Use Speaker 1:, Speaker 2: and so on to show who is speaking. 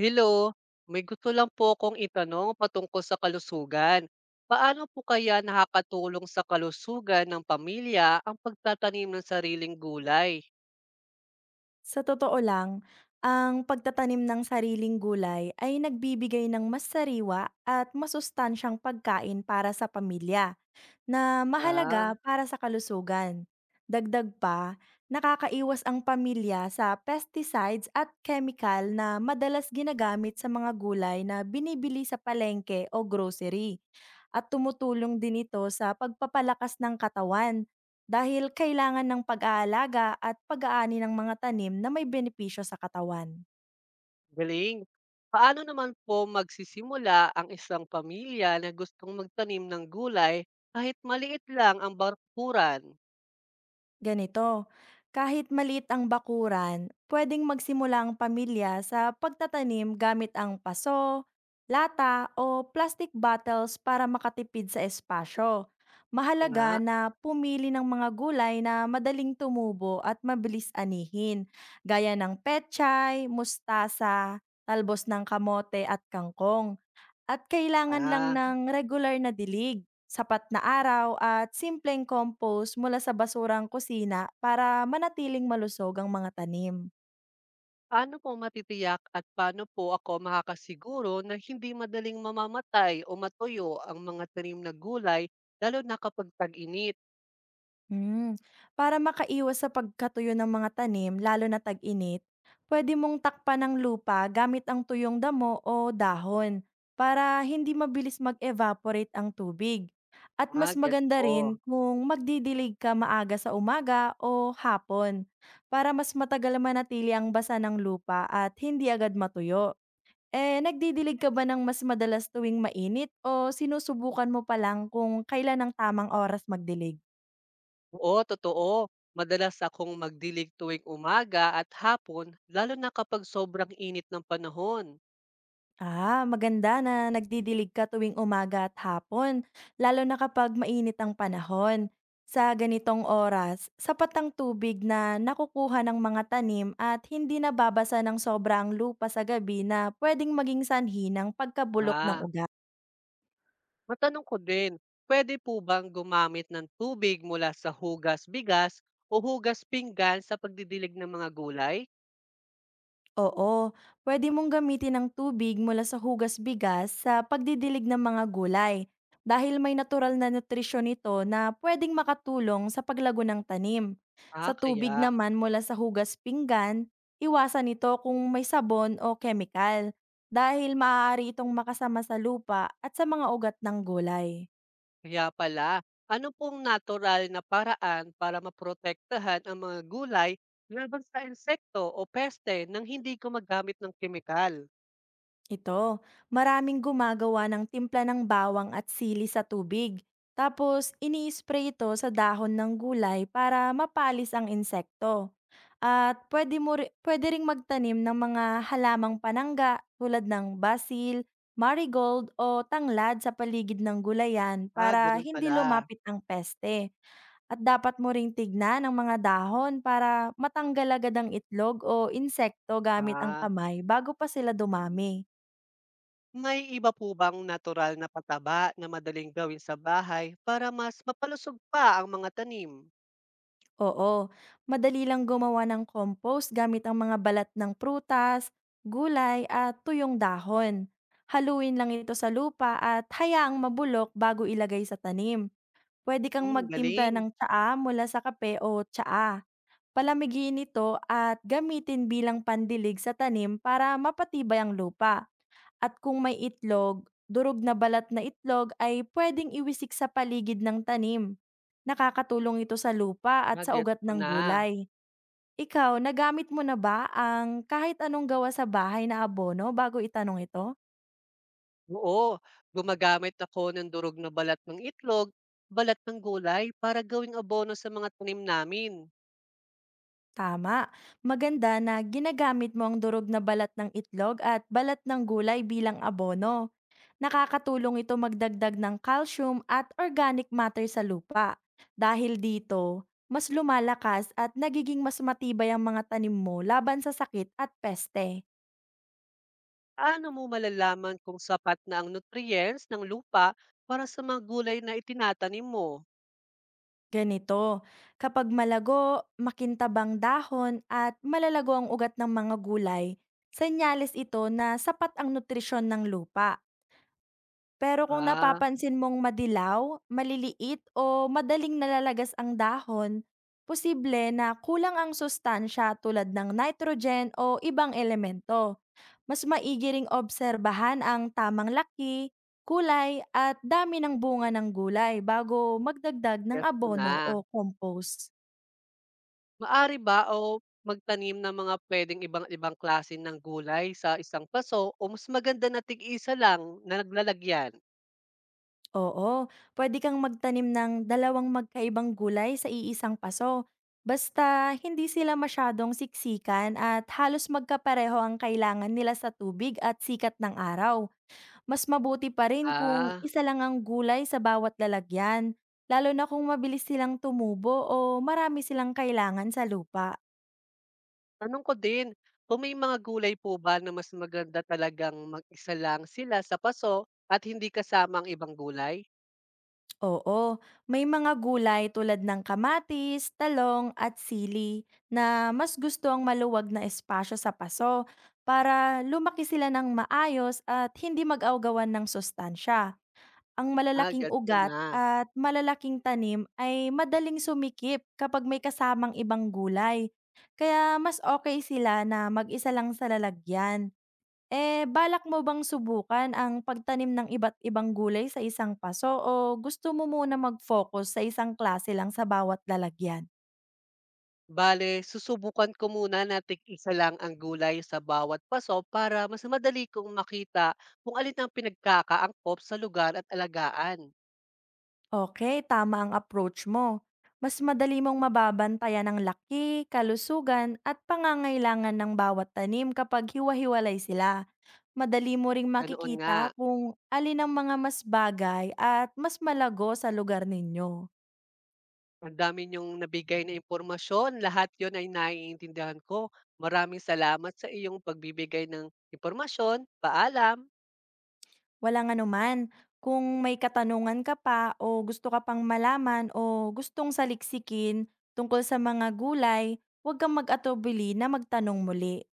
Speaker 1: Hello, may gusto lang po akong itanong patungkol sa kalusugan. Paano po kaya nakakatulong sa kalusugan ng pamilya ang pagtatanim ng sariling gulay?
Speaker 2: Sa totoo lang, ang pagtatanim ng sariling gulay ay nagbibigay ng mas sariwa at masustansyang pagkain para sa pamilya na
Speaker 1: Ah,
Speaker 2: mahalaga para sa kalusugan. Dagdag pa, nakakaiwas ang pamilya sa pesticides at chemical na madalas ginagamit sa mga gulay na binibili sa palengke o grocery. At tumutulong din ito sa pagpapalakas ng katawan dahil kailangan ng pag-aalaga at pag-aani ng mga tanim na may benepisyo sa katawan.
Speaker 1: galing. Paano naman po magsisimula ang isang pamilya na gustong magtanim ng gulay kahit maliit lang ang bakuran?
Speaker 2: Ganito, kahit maliit ang bakuran, pwedeng magsimula ang pamilya sa pagtatanim gamit ang paso, lata o plastic bottles para makatipid sa espasyo.
Speaker 1: O nga,
Speaker 2: Mahalaga na pumili ng mga gulay na madaling tumubo at mabilis anihin, gaya ng pechay, mustasa, talbos ng kamote at kangkong. At kailangan lang
Speaker 1: ah.
Speaker 2: ng regular na dilig, sapat na araw at simpleng compost mula sa basurang kusina para manatiling malusog ang mga tanim.
Speaker 1: Paano po matitiyak at paano po ako makakasiguro na hindi madaling mamamatay o matuyo ang mga tanim na gulay lalo na kapag tag-init?
Speaker 2: Hmm, para makaiwas sa pagkatuyo ng mga tanim lalo na tag-init, pwede mong takpan ng lupa gamit ang tuyong damo o dahon para hindi mabilis mag-evaporate ang tubig. At mas
Speaker 1: Ah, gets
Speaker 2: maganda
Speaker 1: ko.
Speaker 2: rin kung magdidilig ka maaga sa umaga o hapon para mas matagal manatili ang basa ng lupa at hindi agad matuyo. Eh, nagdidilig ka ba ng mas madalas tuwing mainit o sinusubukan mo pa lang kung kailan ang tamang oras magdilig?
Speaker 1: Oo, totoo. Madalas akong magdilig tuwing umaga at hapon lalo na kapag sobrang init ng panahon.
Speaker 2: Ah, maganda na nagdidilig ka tuwing umaga at hapon, lalo na kapag mainit ang panahon. Sa ganitong oras, sapat ang tubig na nakukuha ng mga tanim at hindi nababasa ng sobra ang lupa sa gabi na pwedeng maging sanhi ng pagkabulok ng
Speaker 1: Ah,
Speaker 2: ugat.
Speaker 1: matanong ko din, pwede po bang gumamit ng tubig mula sa hugas bigas o hugas pinggan sa pagdidilig ng mga gulay?
Speaker 2: Oo, pwede mong gamitin ang tubig mula sa hugas bigas sa pagdidilig ng mga gulay dahil may natural na nutrisyon ito na pwedeng makatulong sa paglago ng tanim.
Speaker 1: Ah,
Speaker 2: Sa tubig
Speaker 1: kaya.
Speaker 2: naman mula sa hugas pinggan, iwasan ito kung may sabon o chemical dahil maaari itong makasama sa lupa at sa mga ugat ng gulay.
Speaker 1: Kaya pala, ano pong natural na paraan para maprotektahan ang mga gulay laban sa insekto o peste nang hindi gumagamit ng kemikal?
Speaker 2: Ito, maraming gumagawa ng timpla ng bawang at sili sa tubig. Tapos, ini-spray ito sa dahon ng gulay para mapalis ang insekto. At pwede ring magtanim ng mga halamang panangga tulad ng basil, marigold o tanglad sa paligid ng gulayan
Speaker 1: Ah,
Speaker 2: para
Speaker 1: ganun
Speaker 2: hindi
Speaker 1: pala.
Speaker 2: lumapit ang peste. At dapat mo ring tignan ang mga dahon para matanggal agad ang itlog o insekto gamit ang
Speaker 1: Ah,
Speaker 2: kamay bago pa sila dumami.
Speaker 1: may iba po bang natural na pataba na madaling gawin sa bahay para mas mapalusog pa ang mga tanim?
Speaker 2: Oo, madali lang gumawa ng compost gamit ang mga balat ng prutas, gulay at tuyong dahon. Haluin lang ito sa lupa at hayaang mabulok bago ilagay sa tanim. Pwede kang
Speaker 1: Hmm,
Speaker 2: magtimpla
Speaker 1: galing.
Speaker 2: ng tsaa mula sa kape o tsaa. Palamigin ito at gamitin bilang pandilig sa tanim para mapatibay ang lupa. At kung may itlog, durog na balat na itlog ay pwedeng iwisik sa paligid ng tanim. Nakakatulong ito sa lupa at sa
Speaker 1: Nagets
Speaker 2: ugat
Speaker 1: ko
Speaker 2: ng
Speaker 1: na.
Speaker 2: gulay. Ikaw, nagamit mo na ba ang kahit anong gawa sa bahay na abono bago itanong ito?
Speaker 1: Oo, gumagamit ako ng durog na balat ng itlog, balat ng gulay para gawing abono sa mga tanim namin.
Speaker 2: Tama. Maganda na ginagamit mo ang durog na balat ng itlog at balat ng gulay bilang abono. Nakakatulong ito magdagdag ng calcium at organic matter sa lupa. Dahil dito, mas lumalakas at nagiging mas matibay ang mga tanim mo laban sa sakit at peste.
Speaker 1: Paano mo malalaman kung sapat na ang nutrients ng lupa para sa mga gulay na itinatanim mo?
Speaker 2: Ganito, kapag malago, makintabang dahon at malalago ang ugat ng mga gulay, senyales ito na sapat ang nutrisyon ng lupa. Pero kung
Speaker 1: Ah,
Speaker 2: napapansin mong madilaw, maliliit o madaling nalalagas ang dahon, posible na kulang ang sustansya tulad ng nitrogen o ibang elemento. Mas maigi ring obserbahan ang tamang laki, kulay at dami ng bunga ng gulay bago magdagdag ng
Speaker 1: gets ko
Speaker 2: abono
Speaker 1: na.
Speaker 2: o compost.
Speaker 1: Maari ba o magtanim ng mga pwedeng ibang-ibang klase ng gulay sa isang paso o mas maganda na tig-isa lang na naglalagyan?
Speaker 2: Oo, pwede kang magtanim ng dalawang magkaibang gulay sa iisang paso. Basta hindi sila masyadong siksikan at halos magkapareho ang kailangan nila sa tubig at sikat ng araw. Mas mabuti pa rin kung
Speaker 1: Ah,
Speaker 2: isa lang ang gulay sa bawat lalagyan, lalo na kung mabilis silang tumubo o marami silang kailangan sa lupa.
Speaker 1: tanong ko din, kung may mga gulay po ba na mas maganda talagang mag-isa lang sila sa paso at hindi kasama ang ibang gulay?
Speaker 2: Oo, may mga gulay tulad ng kamatis, talong at sili na mas gusto ang maluwag na espasyo sa paso para lumaki sila ng maayos at hindi mag-awgawan ng sustansya. Ang
Speaker 1: Ah,
Speaker 2: malalaking
Speaker 1: gets ko
Speaker 2: ugat
Speaker 1: na.
Speaker 2: at malalaking tanim ay madaling sumikip kapag may kasamang ibang gulay. Kaya mas okay sila na mag-isa lang sa lalagyan. Eh, balak mo bang subukan ang pagtanim ng iba't ibang gulay sa isang paso o gusto mo muna mag-focus sa isang klase lang sa bawat lalagyan?
Speaker 1: Bale, susubukan ko muna na tig-isa lang ang gulay sa bawat paso para mas madali kong makita kung alin ang pinagkakaangkop sa lugar at alagaan.
Speaker 2: Okay, tama ang approach mo. Mas madali mong mababantayan ang laki, kalusugan at pangangailangan ng bawat tanim kapag hiwa-hiwalay sila. Madali mo ring
Speaker 1: Ganoon nga,
Speaker 2: makikita kung alin ang mga mas bagay at mas malago sa lugar ninyo.
Speaker 1: ang dami niyong nabigay na impormasyon, lahat yon ay naiintindihan ko. Maraming salamat sa iyong pagbibigay ng impormasyon. Paalam!
Speaker 2: Walang anuman. Kung may katanungan ka pa o gusto ka pang malaman o gustong saliksikin tungkol sa mga gulay, huwag kang mag-atubili na magtanong muli.